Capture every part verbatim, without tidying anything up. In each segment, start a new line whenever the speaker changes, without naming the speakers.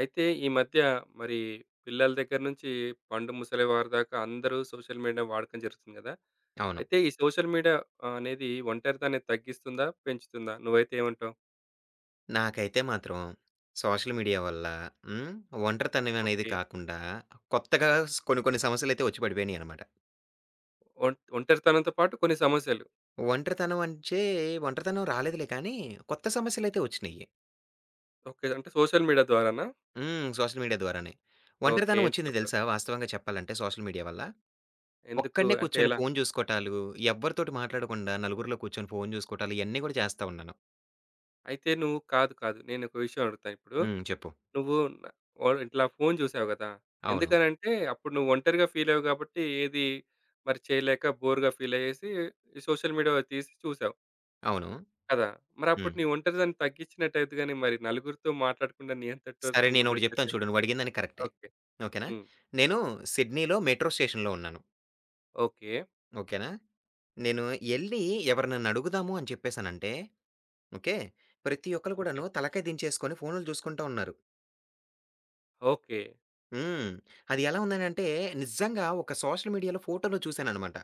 అయితే ఈ మధ్య మరి పిల్లల దగ్గర నుంచి పండు ముసలి వారి దాకా అందరూ సోషల్ మీడియా వాడకం జరుగుతుంది కదా!
అవును.
అయితే ఈ సోషల్ మీడియా ఆహ్, అనేది ఒంటరితనాన్ని తగ్గిస్తుందా? పెంచుతుందా? నువ్వైతే ఏమంటావు?
నాకైతే మాత్రం సోషల్ మీడియా వల్ల హ్మ్. ఒంటరితనం అనేది
ఓకే.
కాకుండా కొత్తగా స్ కొన్ని కొన్ని సమస్యలైతే వచ్చి పడిపోయినాయనమాట.
ఒం ఒంటరితనంతో పాటు కొన్ని సమస్యలు.
ఒంటరితనం అంటే ఒంటరితనం రాలేదులే కానీ కొత్త సమస్యలైతే వచ్చినియి.
ఓకే, అంటే సోషల్ మీడియా ద్వారానా?
హ్మ్. సోషల్ మీడియా ద్వారానే.
ఓకే,
ఒంటరితనం
ఏంటి
వచ్చింది
చెప్పాలి?
తెలుసా వాస్తవంగా చెప్పాలంటే సోషల్ మీడియా వల్ల.
ఎందుకు?
ఒక్కడినే
అంటే
కూర్చొని
ఎలా?
ఫోను చూసుకోటాలు, ఎవ్వరితోటి మాట్లాడకుండా నలుగురిలో కూర్చొని ఫోను చూసుకోటాలు ఇయన్నీ కూడా చేస్తా ఉన్నాను.
అయితే నువ్వు కాదు, కాదు. నేనొక విషయం అడుగుతా ఇప్పుడు.
హ్మ్. చెప్పు.
నువ్వు న ఓహ్! ఇట్లా ఫోను చూసావు గదా!
అవును.
ఎందుకనంటే, అప్పుడు నువ్వు ఒంటరిగా ఫీలయ్యావు గాబట్టి, ఏది మరి చేయలేక బోర్‌గా ఫీలయ్యేసి, ఈ సోషల్ మీడియా తీసి చూసావు
అవును.
కదా! మరప్పుడు
హ్మ్.
నీ ఒంటరితనం తగ్గించినట్టయిద్ది గానీ, మరి నలుగురితో మాట్లాడకుండా నీ అంతట
సరే
నువ్వు
నేనొకటి జెప్తాను
ఉన్నట్టయితే
చూడు నువ్వడిగినదానికి కరెక్టే.
ఓకే.
ఓకేనా?
హ్మ్.
నేను సిడ్నీలో మెట్రో స్టేషన్‌లో ఉన్నాను.
ఓకే.
ఓకేనా? నేను ఎళ్లి ఎవరినన్నా అడుగుదాము అని చెప్పేసనంటే, ఓకే. ప్రతి ఒక్కళ్ళు
ఓకే.
కూడాను తలకాయ దించేసుకొని ఫోనులు జూసుకుంటా ఉన్నారు.
ఓకే.
హ్మ్. అది ఎలా ఉందనంటే నిజంగా ఒక సోషల్ మీడియాలో ఫోటోలో చూసాననమాట.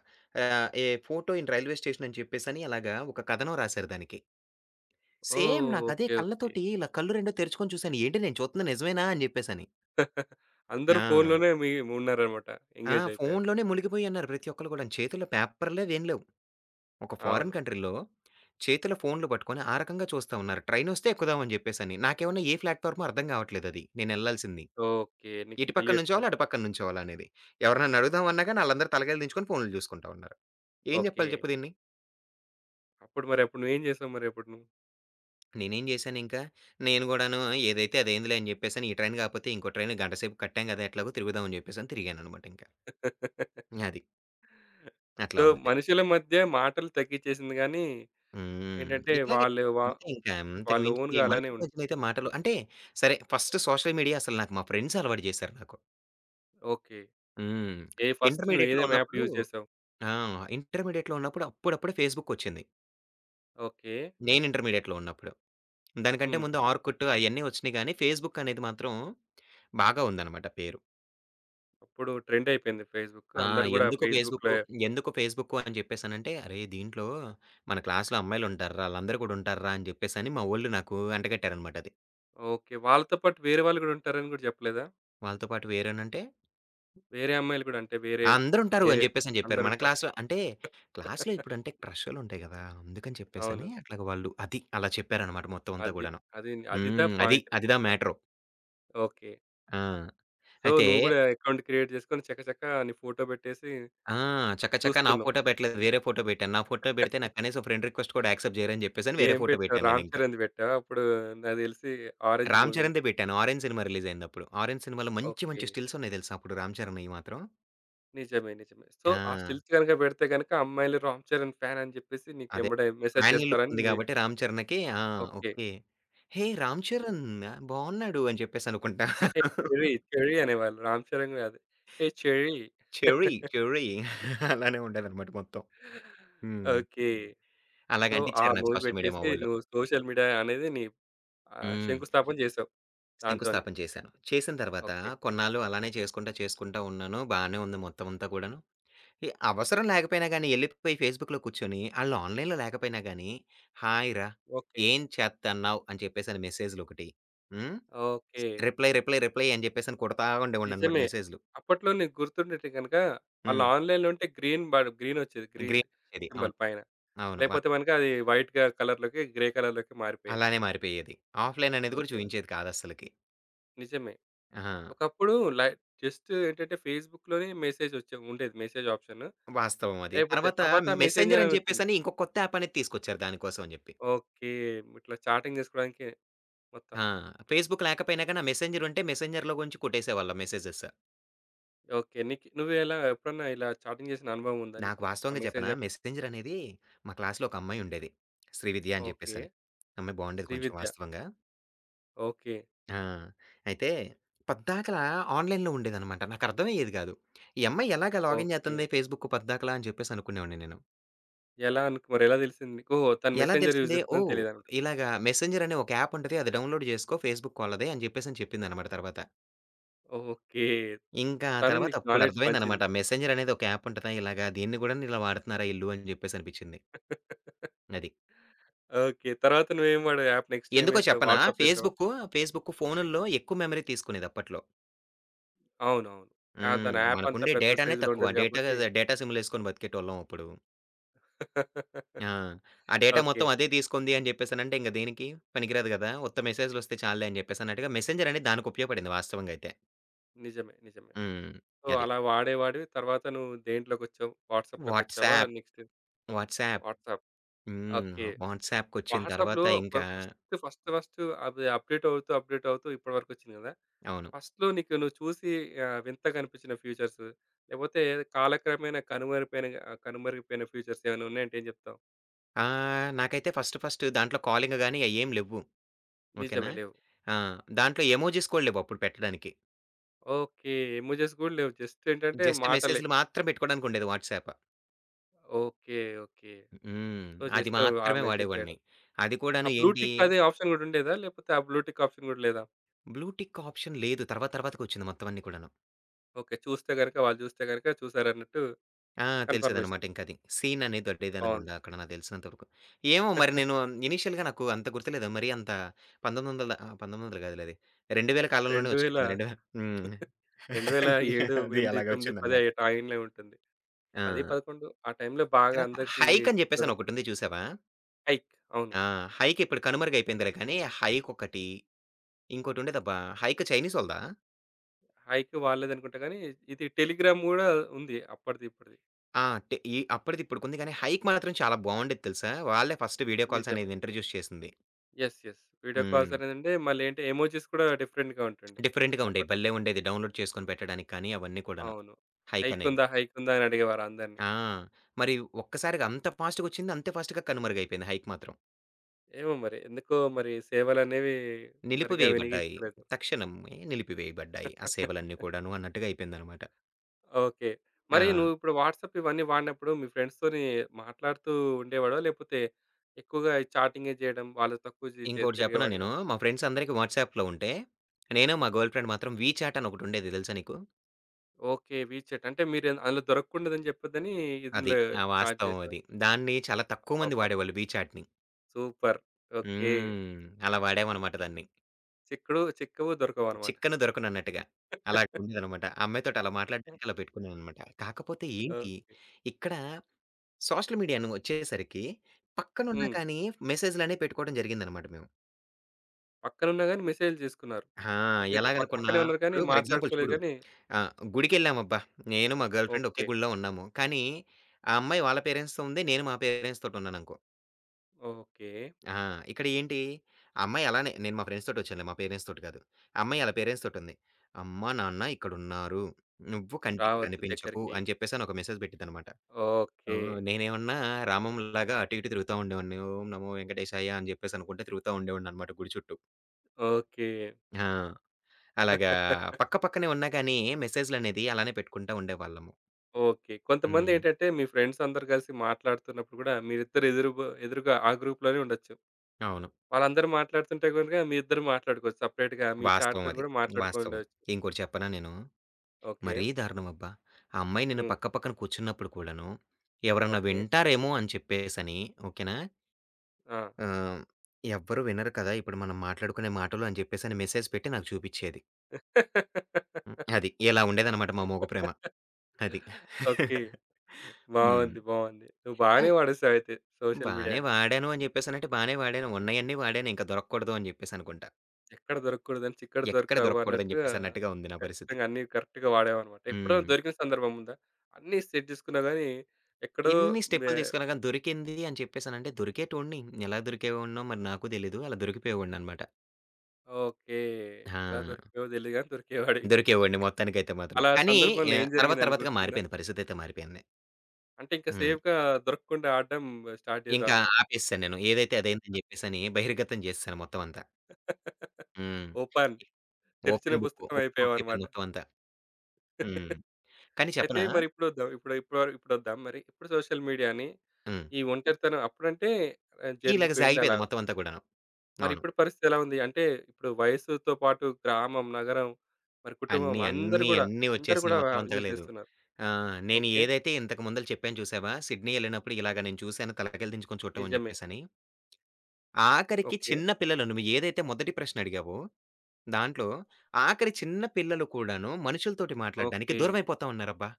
ఆహ్, a photo in railway station అని చెప్పేసని అలాగా ఒక కథనం రాసారు దానికి. సేమ్
ఓహ్!
నాకదే
ఓకే. ఓకే.
కళ్ళతోటి ఇలా కళ్ళు రెండు తెరుచుకొని చూసాను. ఏంటి నేను చూస్తుంది నిజమేనా అని జెప్పేసని.
అందరూ
ఆ!
ఫోనులోనే మీ ఉన్నారనమాట.
ఆ!
ఎంగేజ్ అయిపోయారు.
ఫోనులోనే మునిగిపోయన్నారు ప్రతి ఒక్కళ్ళు కూడాను. చేతుల్లో పేపర్‌లు అవేం లేవు. ఒక
అవును.
ఫారిన్ కంట్రీ‌లో చేతిలో ఫోనులు పట్టుకొని ఆ రకంగా చూస్తా ఉన్నారు. ట్రైనొస్తే ఎక్కుదాం అని జెప్పేసని. నాకేమన్నా ఏ ప్లాట్‌ఫార్మో అర్థం గావట్లేదది. నేనెళ్ళాల్సింది.
ఓకే, నీకు
ఇటు పక్కన
తెలియట్లేదు.
నుంచోవాలా? అటు పక్కన నుంచోవాలా అనేది. ఎవరినైనా అడుగుదాం అన్నా గాని ఆళ్ళందరూ తలకాయలు దించుకొని ఫోనులు జూసుకుంటా ఉన్నారు. ఏం
ఓకే.
జెప్పాలి చెప్పు దీన్ని?
అప్పుడు మరి అప్పుడు నువ్వేం జేసావు మరప్పుడు నువ్వు?
నేనేం జేశానింకా, నేను గూడాను ఏదైతే అదైందిలే అని జెప్పేసని ఈ ట్రైన్ గాకపోతే ఇంకో ట్రైన్ గంట సేపు కట్టాం గదా! ఎట్లాగో తిరుగుదాం అని జెప్పేసని తిరిగాననమాట ఇంకా. అది. అట్లా
సో,
ఉంది.
మనుషుల మధ్య మాటలు తగ్గిచ్చేసింది గానీ,
హ్మ్.
ఏంటంటే
ఇట్లాగే
వాళ్ళు వా
అంతే ఇంకా అంతకు
వాళ్ళు ఓన్‌గా
మించి
అలానే
మనుషుల మధ్యలో అయితే
ఉండిపోతున్నారు.
మాటలు అంటే సరే ఫస్ట్ సోషల్ మీడియా అసలు నాకు మా ఫ్రెండ్స్ అలవాటు చేశారు నాకు.
ఓకే,
హ్మ్.
ఏ ఫస్ట్
ఇంటర్మీడియేట్‌లో
నువ్వేదేం యాప్
ఉన్నప్పుడు
యూజ్ చేసావు?
ఆ! ఇంటర్మీడియేట్‌లో ఉన్నప్పుడు అప్పుడప్పుడే ఫేస్‌బుక్ వచ్చింది.
ఓకే.
నేను ఇంటర్మీడియేట్‌లో ఉన్నప్పుడు. దానికంటే
హ్మ్.
ముందు ఆర్కుట్ అయన్నీ వచ్చినాయి గానీ ఫేస్‌బుక్ అనేది మాత్రం బాగా ఉందన్నమాట పేరు.
అప్పుడు ట్రెండ్ అయిపోయింది ఫేస్‌బుక్.
ఆ!
అందరూ గూడా
ఎందుకు
ఫేస్‌బుక్‌లో
ఫేస్‌బుక్కు, ఎందుకు ఫేస్‌బుక్కు అని చెప్పేసనంటే అరే! దీంట్లో మన క్లాస్‌లో అమ్మాయిలుంటార్రా! ఆళ్ళందరూ కూడా ఉంటార్రా! అని చెప్పేసని మా వోళ్ళు నాకు అంటగట్టారన్నమాట అది.
ఓకే. వాళ్ళతో పాటు వేరే వాళ్ళు గూడా ఉంటారని గూడా చెప్పలేదా?
వాళ్ళతో పాటు వేరేనంటే
వేరే అమ్మాయిలు గూడా అంటే వేరే
అందరుంటారు
వేరే
అని జెప్పేసని జెప్పారు. మన
అందరుంటారు.
క్లాస్‌లో అంటే, క్లాస్‌లో ఇప్పుడంటే క్రషులుంటాయి గదా! అందుకని చెప్పేసని
అవును.
అట్లాగా వాళ్ళు అది అలా చెప్పారనమాట మొత్తం అంతా
అది.
గూడాను.
అది అదిదా
హ్మ్. అది.
పాయింట్
అది దా
నీకిక్కడ.
మ్యాటరు.
ఓకే.
ఆ!
సో,
అయితే
నువ్వు గూడా అకౌంట్ క్రియేట్ చేసుకొని చకచకా నీ ఫోటో పెట్టేసి
ఆ! చక చక నా
చూస్తున్నావు.
ఫోటో పెట్టలేదు. వేరే ఫోటో పెట్టాను. నా ఫోటో బెడితే నాకు కనీసం ఫ్రెండ్ రిక్వెస్ట్ కూడా యాక్సెప్ట్ జేయరని జెప్పేసని వేరే
ఏం
ఫోటో
పెట్టావు?
బెట్టాను
'రామ్
నేనింకా.
చరణ్‌ది' పెట్టావా? అప్పుడు నాకు తెలిసి 'ఆరెంజ్'
'రామ్
మూవీ.
చరణ్‌దే' బెట్టాను. 'ఆరెంజ్' సినిమా రిలీజయిందప్పుడు. 'ఆరెంజ్' సినిమాలో మంచి
ఓకే.
మంచి స్టిల్సున్నాయి దెలుసా అప్పుడు 'రామ్ చరణ్‌యి' మాత్రం.
నిజమే. నిజమే. సో,
ఆ!
ఆ స్టిల్స్ గనుక పెడితే గనుక అమ్మాయిలు 'రామ్ చరణ్' ఫ్యాన్ అని చెప్పేసి
అదే.
నీకెంబడే మెసేజ్
'మాన్‌వి' లుక్
చేస్తారని
ఉంది గాబట్టి 'రామ్ చరణ్‌కి' ఆ!
ఓకే.
ఓకే. హే! 'రామ్ చరణ్' బావున్నాడు అని చెప్పేసి అనుకుంటా.
హే చెర్రీ, చెర్రీ అనేవాళ్ళు. 'రామ్ చరణ్' కాదు. హే చెర్రీ.
'చెర్రీ, చెర్రీ' అలానే ఉండేదన్నమాట మొత్తం. హ్మ్.
ఓకే.
అలాగ
సో, ఆ
అంటిచ్చారు నాకు
మూవీ
సోషల్ మీడియా మా
పెట్టేసి
వోళ్ళు.
నువ్వు సోషల్ మీడియా అనేది నీ ఆహ్,
హ్మ్.
శంకుస్థాపన చేసావు దాంతోని.
శంకుస్థాపన చేశాను. చేసిన తర్వాత
ఓకే.
కొన్నాళ్ళు అలానే చేసుకుంటా, చేసుకుంటా ఉన్నాను. బానే ఉంది మొత్తం అంతా కూడాను. ఎ అవసరం లేకపోయినా గాని, ఎళ్ళిపోయి ఫేస్‌బుక్‌లో కూర్చొని, ఆళ్ళు ఆన్‌లైన్‌లో లేకపోయినా గాని, హాయ్ రా!
ఓకే.
ఏం చేత్తన్నావు? అని చెప్పేసని మెసేజ్‌లొకటి. హ్మ్.
ఓకే.
రిప్లై, రిప్లై, రిప్లై అని చెప్పేసని కొడతా ఉండేవాడిననమాట
నిజమే.
మెసేజ్‌లు.
అప్పట్లో నీకు గుర్తుండుంటే గనక, వాళ్ళు
హ్మ్.
ఆన్‌లైన్‌లో ఉంటే గ్రీన్ బడ్ గ్రీనొచ్చేది. గ్రీన్
గ్రీన్ వచ్చేది. అవును.
సింబల్ పైన.
అవును. వ
లేపోతే మనకి అది వైట్‌గా కలర్‌లోకి, గ్రే కలర్‌లోకి మారిపోయేది.
అలానే మారిపోయేది. ఆఫ్‌లైన్ అనేది కూడా
ఓకే.
చూయించేది కాదస్సలకి.
నిజమే.
ఆ!
ఒకప్పుడు లై జస్ట్ ఏంటంటే ఫేస్‌బుక్‌లోనే మెసేజొచ్చే ఉండేది మెసేజ్ ఆప్షన్.
వాస్తవం అది.
లేపోతే
తర్వాత
తర్వాత
మెసెంజర్
మెసెంజర్
అని
అనొచ్చింది.
చెప్పేసని ఇంకో కొత్త యాప్ అనేది తీసుకొచ్చారు దానికోసం అని జెప్పి.
ఓకే, ఇట్లా చాటింగ్ జేసుకోవడానికి మొత్తం.
ఆ! ఫేస్‌బుక్ లేకపోయినా గాని, ఆ మెసెంజర్ ఉంటే మెసెంజర్‌లో గుంచి కొట్టేసేవాళ్ళం మెసేజెస్.
ఓకే, నీకు నువ్వు ఎలా ఎప్పుడన్నా ఇలా చాటింగ్ జేసిన అనుభవం ఉందా
నాకు
నీకు? ఆ
వాస్తవంగా చెప్పనా!
మెసెంజర్‌లో?
మెసెంజర్ అనేది మా క్లాస్‌లో ఒక అమ్మాయి ఉండేది. శ్రీవిద్య అని
ఓకే.
చెప్పేసని. అమ్మాయి బాగుండేది కొంచెం
శ్రీవిద్య.
వాస్తవంగా.
ఓకే.
ఆ! అయితే పద్దాకలా ఆన్‌లైన్‌లో ఉండేదనమాట. నాకర్థమయ్యేది కాదు. ఈ అమ్మాయి ఎలాగా లాగిన్
ఓకే.
చేస్తుంది ఫేస్‌బుక్ పద్దాకలా అని చెప్పేసి అనుకునేవాడిని నేను.
ఎలా అనుకు మరెలా తెలిసింది నీకు? ఓహో! తను
ఎలా
మెసెంజర్ యూజ్
తెలిసింది?
చేస్తుందని
ఓహ్!
తెలీదనుకో.
ఇలాగా మెసెంజర్ అనే ఒక యాప్ ఉంటది. అది డౌన్‌లోడ్ చేసుకో ఫేస్‌బుక్ వాళ్ళదే అని చెప్పేసని చెప్పిందనమాట తర్వాత.
ఓకే,
ఇంకా ఆ
తను
తర్వాత
నీకు
అప్పుడు
నాలెడ్జ్
అర్థమైందనమాట.
పంచింది.
మెసెంజర్ అనేది ఒక యాప్ ఉంటదా ఇలాగా దీన్ని గూడాను ఇలా వాడుతున్నారా ఈళ్ళు అని చెప్పేసి అనిపించింది. అది.
ఓకే, తర్వాత నువ్వేం వాడే యాప్ నెక్స్ట్ ఏం
ఎందుకో
ఏసావు?
చెప్పనా?
వాట్సాప్ ఏసావా?
ఫేస్‌బుక్కు, ఫేస్‌బుక్కు ఫోనుల్లో ఎక్కువ మెమరీ తీసుకునేది అప్పట్లో.
అవునవును. ఆ!
హ్మ్.
దాని యాప్ అంతా
మనకుండే
పెద్ద
డేటానే
సైజులో
తక్కువ.
ఉండేది
డేటా
కాబట్టి
డేటా సిమ్‌లేసుకొని బతికేటోళ్ళం అప్పుడు. ఆ! ఆ డేటా
ఓకే.
మొత్తం అదే తీసుకుంది అని చెప్పేసనంటే ఇంక దేనికి? పనికిరాదు గదా! ఉత్త మెసేజ్‌లొస్తే చాలులే అని చెప్పేసన్నట్టుగా మెసెంజర్ అనేది దానికి ఉపయోగపడింది వాస్తవంగా అయితే.
నిజమే. నిజమే.
హ్మ్.
సో,
అది.
అలా వాడే వాడివి తర్వాత నువ్వు దేంట్లోకొచ్చావు? వాట్సాప్‌లోకొచ్చావా?
WhatsApp,
next
WhatsApp.
వాట్సాప్.
హ్మ్.
ఓకే.
వాట్సాప్‌కొచ్చిన
వాట్సాప్‌లో
తర్వాత
ఫ
ఇంకా
ఫస్ట్ ఫస్ట్ ఫస్ట్ అది అప్‌డేట్ అవుతూ, అప్‌డేట్ అవుతూ ఇప్పటివరకు వచ్చింది కదా!
అవును.
ఫస్ట్‌లో నీకు నువ్వు చూసి ఆహ్, వింతగా అనిపించిన ఫీచర్స్ లేకపోతే కాలక్రమేణా కనుమరుగైన ఆహ్, కనుమరుగైపోయిన ఫీచర్స్ ఏమైనా ఉన్నాయంటే ఏం చెప్తావు?
ఆహ్, నాకైతే ఫస్ట్ ఫస్ట్ దాంట్లో కాలింగ్ గాని అయ్యేం లెవ్వు. ఓకేనా?
నిజమే లేవు.
ఆ! దాంట్లో ఎమోజిస్ కూడా లేవు అప్పుడు పెట్టడానికి.
ఓకే. ఎమోజీస్ కూడా లేవు. జస్ట్ ఏంటంటే
జస్ట్
మాటలే.
మెసేజ్‌లు మాత్రం పెట్టుకోవడానికుండేది వాట్సాప్.
ఓకే. ఓకే.
హ్మ్.
సో,
అది
జస్ట్ ఆ
మాత్రమే
మెసేజ్
వాడేవాడిని.
చేయడం.
అది
ఆ
కూడాను
బ్లూ
ఏంటి,
టిక్ అదే ఆప్షన్ కూడా ఉండేదా? లేకపోతే ఆ బ్లూ టిక్ ఆప్షన్ కూడా లేదా?
బ్లూటిక్ ఆప్షన్ లేదు. తర్వాత తర్వాతకొచ్చింది మొత్తం అన్నీ కూడాను.
ఓకే, చూస్తే గనుక వాళ్ళు చూస్తే గనుక చూసారన్నట్టు
ఆ! తెలిసేదనమాట
కన్ఫర్మేషన్.
ఇంకది. సీన్ అనేది
బాగుంది.
దొరికేదనుకుంటా అక్కడ నాకు తెలిసినంత వరకు. ఏమో మరి నేను ఇనీషియల్‌గా నాకు అంత గుర్తులేదు. మరి అంత వెయ్యి తొమ్మిది వందల ఆహ్, వెయ్యి తొమ్మిది వందల కాదులే అది. రెండు వేల కాలంలోనే
రెండు వేల
వచ్చినట్టుంది. రెండు వేల హ్మ్.
రెండు వేల ఏడు,
అది
ఎనిమిది,
అలాగ
తొమ్మిది, పది ఆ
వచ్చిందనమాట.
టైంలో ఉంటుంది. పది,
ఆ!
పదకొండు ఆ టైంలో బాగా
తర్వాత
అందరికీ
హైక్ అని
ఎక్కడం
చెప్పేసని ఒకటుంది చూసావా?
హైక్. అవును.
ఆ! హైక్ ఇప్పుడు కనుమరుగైపోయిందిలే కానీ హైక్ ఒకటి ఇంకోటుండేదబ్బా! 'హైక్' చైనీసోళ్ళదా?
హైక్ వాళ్ళదనుకుంటా గానీ, ఇది టెలిగ్రామ్ గూడా ఉంది అప్పటిది, ఇప్పటిది.
ఆ! టె ఈ అప్పటిది ఇప్పటికుంది గానీ 'హైక్' మాత్రం చాలా బావుండేది తెలుసా? వాళ్ళే ఫస్ట్ వీడియో కాల్స్
నిజమే.
అనేది ఇంట్రొడ్యూస్ చేసింది.
యెస్. యెస్. వీడియో కాల్స్
హ్మ్.
అనేదుండే, మళ్ళేంటి ఎమోజిస్ కూడా డిఫరెంట్‌గా ఉంటుండే
డిఫరెంట్‌గా ఉండేయి.
అప్పట్లో.
భలే ఉండేది. డౌన్‌లోడ్ చేసుకొని పెట్టడానికి కానీ అవన్నీ కూడాను.
అవును.
'హైక్' అనేది.
హైకుందా? హైకుందా? అని అడిగేవారు అందరిని.
ఆ! మరి ఒక్కసారిగా అంత ఫాస్ట్‌గొచ్చింది. అంతే ఫాస్ట్‌గా కనుమరుగైపోయింది 'హైక్' మాత్రం.
ఏమో మరి! ఎందుకో మరి సేవలనేవి సరిగ్గా
నిలిపివేయబడ్డాయి.
వినియోగించుకోలేదు.
తక్షణమే నిలిపివేయబడ్డాయి. ఆ సేవలన్నీ కూడాను అన్నట్టుగా అయిపోయిందనమాట.
ఓకే,
ఆ!
మరి నువ్విప్పుడు వాట్సాప్ ఇవన్నీ వాడినప్పుడు మీ ఫ్రెండ్స్‌తోని మాట్లాడుతూ ఉండేవాడివా? లేపోతే ఎక్కువగా ఈ చాటింగే జేయడం, వాళ్ళతో తక్కువ జే చేసి
ఇంకోటి చెప్పనా
తిరిగేవాడివా?
నేను? మా ఫ్రెండ్స్ అందరికి వాట్సాప్‌లో ఉంటే, నేను మా గర్ల్ ఫ్రెండ్ మాత్రం వీచాట్ అని ఒకటుండేది తెలుసా నీకు?
ఓకే. వీచాట్, అంటే మీరు అందులో దొరకకూడదని చెప్పొద్దని
అది.
ఇందులో
ఆ!
చాట్
వాస్తవం అది.
చేసేవారు.
దాన్ని చాలా తక్కువ మంది
అబ్బబ్బా!
వాడేవాళ్ళు బీ చాట్‌ని.
సూపర్. ఓకే.
హ్మ్. అలా వాడామనమాట దాన్ని.
చిక్కుడు చిక్కవు దొరకవనమాట.
చిక్కన దొరకనన్నట్టుగా. అలాగుండేదనమాట. ఆ అమ్మాయితోటి అలా
హ్మ్.
మాట్లాడడానికి అలా పెట్టుకున్నాననమాట. కాకపోతే ఏంటి,
ఓకే.
ఇక్కడ సోషల్ మీడియాను వచ్చేసరికి పక్కనున్నా
హ్మ్.
కానీ మెసేజ్‌లనేవి పెట్టుకోవడం జరిగిందనమాట మేము.
పక్కనున్నా గాని మెసేజ్‌లు చేసుకున్నారు.
ఆ!
ఓకే, పక్క
ఎలాగనుకున్నా
పక్కనే ఉన్నారు కానీ
ఇప్పుడు ఫర్ ఎగ్జాంపుల్
మాట్లాడుకోలేదు
చూడు
గానీ
ఆ! గుడికెళ్ళామబ్బా! నేను, మా గర్ల్‌ఫ్రెండ్ ఒకే
ఓకే.
గుడిలో ఉన్నాము. కానీ, ఆ అమ్మాయి వాళ్ళ పేరెంట్స్‌తో ఉంది. నేను మా పేరెంట్స్ తోటి ఉన్నాననుకో.
ఓకే.
ఆ! ఇక్కడ ఏంటి, ఆ అమ్మాయి అలానే నేను మా ఫ్రెండ్స్ తోటొచ్చానులే, మా పేరెంట్స్ తోటి కాదు. ఆ అమ్మాయి ఆళ్ళ పేరెంట్స్ తోటుంది. "అమ్మ, నాన్న ఇక్కడున్నారు. నువ్వు కంటికి
రావద్దు
కనిపించకు"
దగ్గరికి.
అని చెప్పేసని ఒక మెసేజ్ పెట్టిద్దనమాట.
ఓకే.
హ్మ్. నేనేమన్నా రామంలాగా అటు ఇటు తిరుగుతా ఉండేవాడిని. ఓం నమో వెంకటేశాయ అని చెప్పేసి అనుకుంటా తిరుగుతా ఉండేవాడిననమాట గుడి చుట్టూ.
ఓకే.
ఆ! అలాగా పక్క పక్కనే ఉన్నా గానీ మెసేజ్‌లనేది అలానే పెట్టుకుంటా ఉండేవాళ్ళము.
ఓకే.
హ్మ్.
కొంతమందేంటంటే మీ ఫ్రెండ్స్ అందరూ కలిసి మాట్లాడుతున్నప్పుడు గూడా మీరిద్దరు ఎదురు బ ఎదురుగా ఆ గ్రూప్‌లోనే ఉండొచ్చు.
అవును.
వాళ్ళందరూ మాట్లాడుతుంటే గనుక మీ ఇద్దరు మాట్లాడుకోవచ్చు. సెపరేట్‌గా మీ
వాస్తవం
చాట్‌తోని
అది.
గూడా
వాస్తవం.
మాట్లాడుకోండొచ్చు.
ఇంకోటి చెప్పనా నేను?
ఓకే.
మరీ దారుణమబ్బా! ఆ అమ్మాయి నేను
హ్మ్.
పక్క పక్కన కూర్చున్నప్పుడు కూడాను, ఎవరన్నా
ఓకే.
వింటారేమో అని చెప్పేసని ఓకేనా?
ఆ!
ఆహ్, ఎవ్వరు వినరు కదా! ఇప్పుడు మనం మాట్లాడుకునే మాటలు అని చెప్పేసని మెసేజ్ పెట్టి నాకు చూపిచ్చేది. హ్మ్. అది. ఇలా ఉండేదనమాట మా మొగ ప్రేమ. అది. హ్మ్.
ఓకే.
హ్మ్.
బావుంది. బావుంది. నువ్వు
ఆ!
బాగానే వాడేసావయితే సోషల్
బానే
మీడియాని.
వాడాను అని చెప్పేసనంటే బానే వాడాను. ఉన్నయన్నీ వాడాను. ఇంక దొరక్కూడదు అని చెప్పేసనుకుంటా.
ఎక్కడ దొరకకూడదని చిక్కడ
ఎక్కడ
దొరకవు
దొరక్కూడదని
అన్నట్టుగా
చెప్పేసన్నట్టుగా ఉంది నా పరిస్థితి.
ఖచ్చితంగా అన్నీ కరెక్ట్‌గా వాడావన్నమాట. ఎప్పుడైనా
హ్మ్.
దొరికిన సందర్భం ఉందా? అన్నీ సెట్ చేసుకున్నా గాని ఎక్కడో
ఎన్ని
మె
స్టెప్పులు తీసుకున్నా గాని దొరికింది అని చెప్పేసనంటే దొరికేటోడిని. ఎలా దొరికేవాడినో మరి నాకు తెలీదు. అలా దొరికిపోయేవాడిననమాట.
ఓకే, ఎలా
ఆ!
దొరికావో తెలీదు గాని దొరికేవాడివి.
దొరికేవాడిని మొత్తానికైతే మాత్రం.
అలా
కానీ
సందర్భంలో
ఆహ్,
ఏం
తర్వాత
జరిగిందని
తర్వాతగా
గుర్తుందా?
మారిపోయింది. పరిస్థితయితే మారిపోయింది.
అంటే ఇంకా
హ్మ్.
సేఫ్‌గా దొరకకుండా ఆడడం స్టార్ట్
ఇంకా
చేశావన్నమాట.
ఆపేసాను నేను. ఏదైతే అదైందని జెప్పేసని బహిర్గతం జేసేసాను మొత్తం అంతా. హ్మ్.
ఓపెన్ తెరిచిన
ఓపెన్ బుక్.
పుస్తకం
ఓపెన్ బుక్ అయిపోయింది
అయిపోయావన్నమాట.
మొత్తం అంతా. హ్మ్. కానీ
అయితే
చెప్పనా?
మరి ఇప్పుడొద్దాం ఇప్పుడు ఇప్పుడు వర ఇప్పుడొద్దాం మరి. ఇప్పుడు సోషల్ మీడియాని
హ్మ్.
ఈ ఒంటరితనం అప్పుడంటే ఆహ్,
ఇలాగ
జరిగిపోయింది అలా.
సాగిపోయింది మొత్తం అంతా కూడాను.
మరి
అవును.
ఇప్పుడు పరిస్థితి ఎలా ఉంది? అంటే ఇప్పుడు వయసుతో పాటు గ్రామం, నగరం, మరి కుటుంబం
అన్నీ,
అందరూ
అన్నీ,
గూడా,
అన్నీ
అందరూ
వచ్చేసినియి
గూడా
మొత్తం అంతా
యూజ్
లేదు.
జేస్తున్నారు.
ఆ! నేను
ఓకే.
ఏదైతే ఇంతకు ముందల చెప్పాను చూసావా? సిడ్నీ ఎళ్ళినప్పుడు ఇలాగ నేను చూసాను తలకాయలు దించుకొని చూడటం అని
నిజమే.
జెప్పేసని. ఆఖరికి
ఓకే.
చిన్న పిల్లలు నువ్వు ఏదైతే మొదటి ప్రశ్న అడిగావో, దాంట్లో ఆఖరి చిన్న పిల్లలు కూడాను మనుషులతోటి మాట్లాడడానికి
ఓకే.
దూరమైపోతా ఉన్నారబ్బా!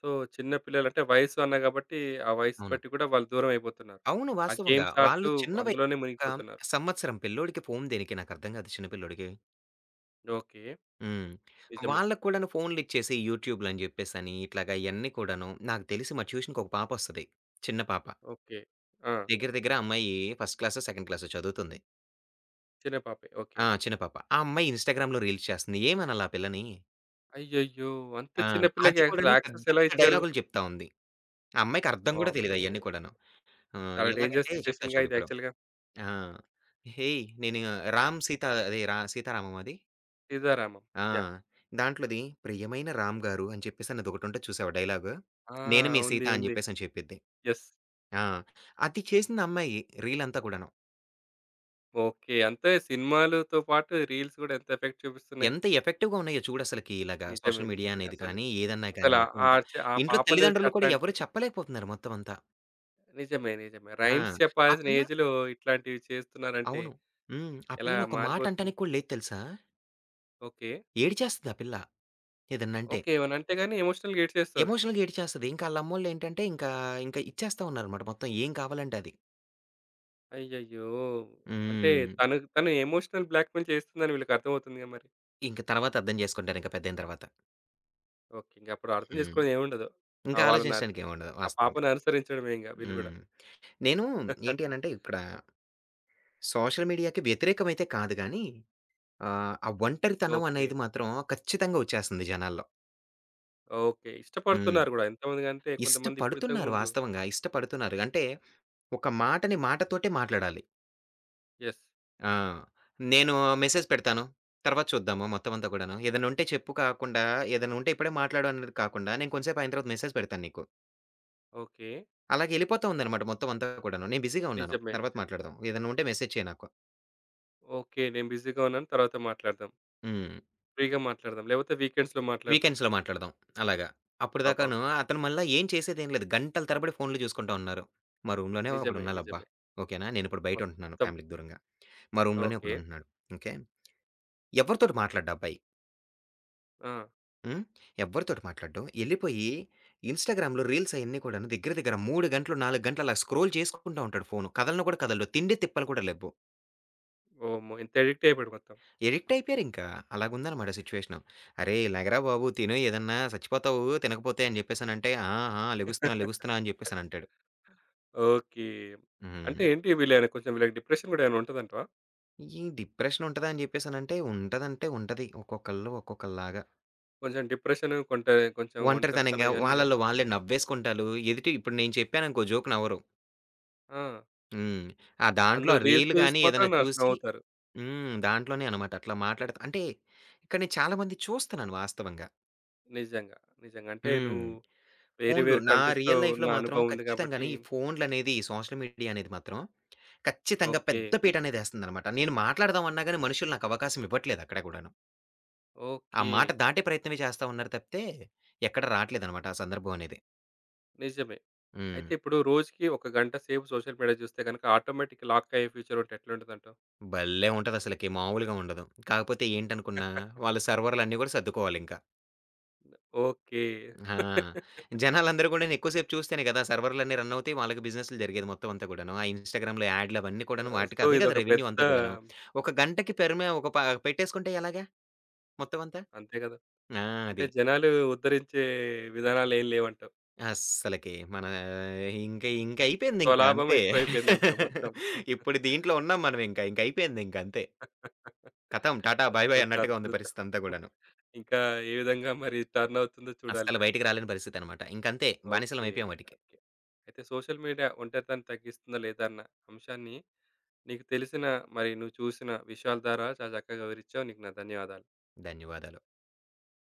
సో, చిన్న పిల్లలంటే వయసు అన్నా గాబట్టి, ఆ వయసు
అవును.
బట్టి కూడా వాళ్ళు దూరం అయిపోతున్నారు.
అవును.
ఆ
వాస్తవంగా.
గేమ్స్
వాళ్ళు
ఆడుతూ
చిన్న వయసు
అందులోనే
ఒక
మునిగిపోతున్నారు.
సంవత్సరం పిల్లోడికి ఫోను దేనికి నాకర్థం గాదు చిన్న పిల్లోడికి.
ఓకే.
హ్మ్.
నిజమే.
వాళ్ళకి కూడాను ఫోన్లిచ్చేసి యూట్యూబ్‌లని జెప్పేసని ఇట్లాగా ఇయన్నీ కూడాను నాకు తెలిసి మా ట్యూషన్‌కొక పాపొస్తది. చిన్న పాప.
ఓకే. ఆ!
దగ్గర దగ్గర ఆ అమ్మాయి ఫస్ట్ క్లాసో, సెకండ్ క్లాసో చదువుతుంది.
చిన్న పాపే. ఓకే.
ఆ! చిన్న పాప. ఆ అమ్మాయి ఇన్‌స్టాగ్రామ్‌లో రీల్స్ చేస్తుంది. ఏమనాలా ఆ పిల్లని?
అయ్యయ్యో! అంత
ఆ!
చిన్న పిల్లకి
అది
అసలు
కూడాను
యాక్సెస్
పెద్ద
ఎలా
పెద్ద
ఇచ్చారు?
డైలాగులు చెప్తా ఉంది. ఆ అమ్మాయికి అర్థం గూడా తెలీదు
వామ్మో!
అయన్నీ కూడాను. ఆ!
చాలా డేంజర్
ఎలాగంటే చెప్తా
సిట్యుయేషన్‌గా ఇది
చూడిప్పుడు.
యాక్చువల్‌గా.
ఆ! "హేయ్! నేను రామ్ సీత అదే రా సీతారామం అది?"
సీతారామం.
ఆ!
యాహ్!
దాంట్లోది 'ప్రియమైన రామ్ గారు' అని చెప్పేసని అదొకటుంటది చూసావా డైలాగు?
ఆ!
'నేను మీ
ఉంది.
సీత' అని
ఉంది.
జెప్పేసని చెప్పిద్ది.
యెస్.
ఆ! అది చేసింది అమ్మాయి రీలంతా కూడాను.
ఓకే, అంతే సినిమాలతో పాటు రీల్స్ గూడా ఎంత ఎఫెక్ట్ చూపిస్తున్నాయి.
ఎంత ఎఫెక్టివ్‌గా ఉన్నాయో చూడసలకి ఇలాగా
నిజమే.
సోషల్ మీడియా
నిజమే.
అనేది
అసలు,
కానీ, ఏదన్నా కానీ
అసలు
మొత్తం
ఆ
అంతా.
చ ఆ
ఇంట్లో
పాపలు
తల్లిదండ్రులు కూడా
అట్లాంటి
ఎవరు చెప్పలేకపోతున్నారు మొత్తం అంతా.
నిజమే. నిజమే.
ఆ!
రైమ్స్
ఆ
చెప్పాల్సిన
పిల్ల
ఏజ్‌లో ఇట్లాంటివి చేస్తున్నారంటే
అవును. హ్మ్. ఆ
ఎలా
పిల్లని ఒక మాట
మారిపోతుంది.
అంటానికి కూడా లేదు తెలుసా?
ఓకే.
ఏడిచేస్తది ఆ పిల్ల ఏదన్నంటే.
ఓకే. ఏమనంటే గాని ఎమోషనల్‌గా ఏడ్చేస్తది.
ఎమోషనల్‌గా ఏడిచేస్తది. ఇంకా ఆళ్ళమ్మోళ్ళేంటంటే ఇంకా, ఇంకా ఇచ్చేస్తా ఉన్నారనమాట మొత్తం ఏం కావాలంటే అది.
అయ్యయ్యో! అంటే
హ్మ్.
తను, తను ఎమోషనల్ బ్లాక్‌మెయిల్ చేస్తుందని వీళ్ళకి అర్థమవుతుందిగా మరి.
ఇంక తర్వాత అర్థం చేసుకుంటాను ఇంక పెద్దయిన తర్వాత.
ఓకే, ఇంక అప్పుడు అర్థం
హ్మ్.
చేసుకోవడం ఏముండదు. ఆ!
ఇంకా
వాళ్ళని అను
ఆలోచించడానికేముండదు
ఆ
వాస్తవంగా.
పాపను అనుసరించడమే ఇంగ వీళ్ళు గూడా.
హ్మ్. నేను ఏంటి అనంటే ఇక్కడ సోషల్ మీడియాకి వ్యతిరేకమైతే కాదు గానీ, ఆహ్, ఆ ఒంటరితనం
ఓకే.
అనేది మాత్రం ఖచ్చితంగా వచ్చేస్తుంది జనాల్లో.
ఓకే.
హ్మ్.
ఇష్టపడుతున్నారు గూడా. ఎంతమందికంటే కొంతమంది ఇప్పుడు
ఇష్టపడుతున్నారు
ఇంతకుముందు
వాస్తవంగా. ఇష్టపడుతున్నారు. అంటే ఒక మాటని మాటతోటే మాట్లాడాలి.
యెస్.
ఆ! నేను మెసేజ్ పెడతాను. తర్వాత చూద్దాము మొత్తం అంతా కూడాను. ఏదైనా ఉంటే చెప్పు కాకుండా, ఏదైనా ఉంటే ఇప్పుడే మాట్లాడు అనేది కాకుండా, నేను కొంచెం సేపు అయిన తర్వాత మెసేజ్ పెడతాను నీకు.
ఓకే.
అలాగే ఎళ్ళిపోతా ఉందనమాట మొత్తం అంతా కూడాను. నేను బిజీగా ఉన్నాను.
నిజమే.
తర్వాత
నిజమే.
మాట్లాడదాం. ఏదన్నా ఉంటే మెసేజ్ చెయి నాకు.
ఓకే. నేను బిజీగా ఉన్నాను. తర్వాత మాట్లాడదాం.
హ్మ్.
ఫ్రీగా మాట్లాడదాం. లేకపోతే వీకెండ్స్‌లో మాట్లాడదాం.
వీకెండ్స్‌లో మాట్లాడదాం. అలాగా. అప్పటిదాకాను
అబ్బబ్బా!
అతను మళ్ళా ఏం చేసేదేం లేదు. గంటల తరబడి ఫోన్‌లు చూసుకుంటా ఉన్నారు. మా రూమ్‌లోనే
నిజమే.
ఒకడున్నాలబ్బా.
నిజమే.
ఓకేనా? నేనిప్పుడు బయటుంటున్నాను
మొత్తం.
ఫ్యామిలీకి దూరంగా. మా రూమ్‌లోనే
ఓకే.
ఒకడుంటున్నాడు. ఓకే. ఎవరితోటి మాట్లాడడు ఆ అబ్బాయి.
ఆ!
హ్మ్. ఎవ్వరితోటి మాట్లాడడు. ఎళ్ళిపోయి ఇన్‌స్టాగ్రామ్‌లో రీల్స్ అయన్నీ కూడాను దగ్గర దగ్గర మూడు గంటలు, నాలుగు గంటలు అలా స్క్రోల్ చేసుకుంటా ఉంటాడు ఫోను. కదలను కూడా కదలడు. తిండి తిప్పలు కూడా లెవ్వు.
ఓమ్మో! ఇంత అడిక్ట్ అయిపోయాడు మొత్తం.
ఎడిక్ట్ అయిపోయారింకా. అలాగుందనమాట సిట్యుయేషను. "అరేయ్! లెగరా బాబు తిను ఏదన్నా సచ్చిపోతావు తినకపోతే" అని జెప్పేసనంటే, "ఆ! ఆ! లెగుస్తున్నా, లెగుస్తున్నా" అని జెప్పేసనంటాడు.
ఓకే, అంటే
హ్మ్.
ఏంటి వీళ్ళేమైనా కొంచెం వీళ్ళకి డిప్రెషన్ గూడా ఏమైనా ఉంటదంటావా?
ఈ డిప్రెషనుంటదా అని జెప్పేసనంటే, ఉంటదంటే ఉంటది. ఒక్కొక్కళ్ళు ఒక్కొక్కలాగా.
కొంచెం డిప్రెషన్ కొంట కొంచెం ఒంటరితనం
ఒంటరితనంగా
ఇవన్నీ
వాళ్ళలో వాళ్ళే నవ్వేసుకుంటాలు. ఎదుటి ఇప్పుడు నేను చెప్పాననుకో జోక్ నవ్వరు.
ఆ!
హ్మ్. ఆ దాంట్లో
అందులో
ఆ
రీల్స్
రీల్
చూసి
గాని
మాత్రం
ఏదైనా
నష్
చూసి
నవ్వుతారు.
హ్మ్. దాంట్లోనే అనమాట. అట్లా మాట్లాడత అంటే ఇక్కడ నేను చాలా మంది చూస్తున్నాను వాస్తవంగా.
నిజంగా. నిజంగా. అంటే
హ్మ్.
నువ్వు వేరే
ఫోన్లు.
వేరే
నా
కంట్రీస్‌లో
రియల్
ఉన్న
లైఫ్‌లో మాత్రం
అనుభవం ఉంది కాబట్టి
ఖచ్చితంగానే ఈ ఫోన్‌లనేది, ఈ సోషల్ మీడియా అనేది మాత్రం ఖచ్చితంగా
ఓకే.
పెద్ద పీటనేదేస్తుందనమాట. నేను మాట్లాడదాం అన్నా గాని మనుషులు నాకు అవకాశం ఇవ్వట్లేదు అక్కడ గూడాను. ఆ
ఓకే.
మాట దాటే ప్రయత్నమే చేస్తా ఉన్నారు తప్పితే, ఎక్కడ రాట్లేదనమాట ఆ సందర్భం అనేది.
నిజమే.
హ్మ్.
అయితే ఇప్పుడు రోజుకి ఒక గంట సేపు సోషల్ మీడియా చూస్తే గనుక ఆటోమేటిక్ లాక్ అయ్యే ఫ్యూచర్ ఉంటే ఎట్లుంటదంటావు?
భలే ఉంటదసలకి మామూలుగా ఉండదు. కాకపోతే ఏంటనుకున్నా, వాళ్ళ సర్వర్‌లన్నీ గూడా సర్దుకోవాలింక.
ఓకే.
ఆ! జనాలందరూ గూడాను ఎక్కువ సేపు చూస్తేనే గదా! సర్వర్‌లన్నీ రన్ అవుతాయి. వాళ్ళకి బిజినెస్‌లు జరిగేది మొత్తం అంతా గూడాను. ఆ ఇన్‌స్టాగ్రామ్‌లో యాడ్‌లు అవన్నీ కూడాను
ఆహ్,
వాటికి
సో,
అవే గదా!
ఇదొక
రెవెన్యూ
పెద్ద
అంతా గూడాను. ఒక గంటకి పెర్‌మే ఒక ప పెట్టేసుకుంటే ఎలాగా మొత్తం అంతా?
అంతే కదా!
ఆ!
అంటే
అది.
జనాలు ఉద్ధరించే విధానాలేం లేవంటావు.
అస్సలకి మన ఇంక ఇంక అయిపోయిందింక
స్వలాభం
అంతే.
ఎక్కువైపోయిందంటావు మొత్తం.
ఇప్పుడు దీంట్లో ఉన్నాం మనం ఇంక. ఇంక అయిపోయిందింక అంతే. ఖతం టాటా బాయ్ బాయ్
చూద్దాం.
అన్నట్టుగా ఉంది
చూద్దాం.
పరిస్థితంతా గూడాను.
ఇంకా ఏ విధంగా మరి టర్న్ అవుతుందో చూడాలి
అస్సలు
మరి.
బయటికి రాలేని పరిస్థితనమాట. ఇంకంతే బానిసలం
ఓకే.
అయిపోయాం వాటికి.
ఓకే. అయితే సోషల్ మీడియా ఒంటరితనాన్ని తగ్గిస్తుందా లేదా అన్న అంశాన్ని నీకు తెలిసిన మరి నువ్వు చూసిన విషయాల ద్వారా చాలా చక్కగా వివరించావు. నీకు నా ధన్యవాదాలు.
ధన్యవాదాలు.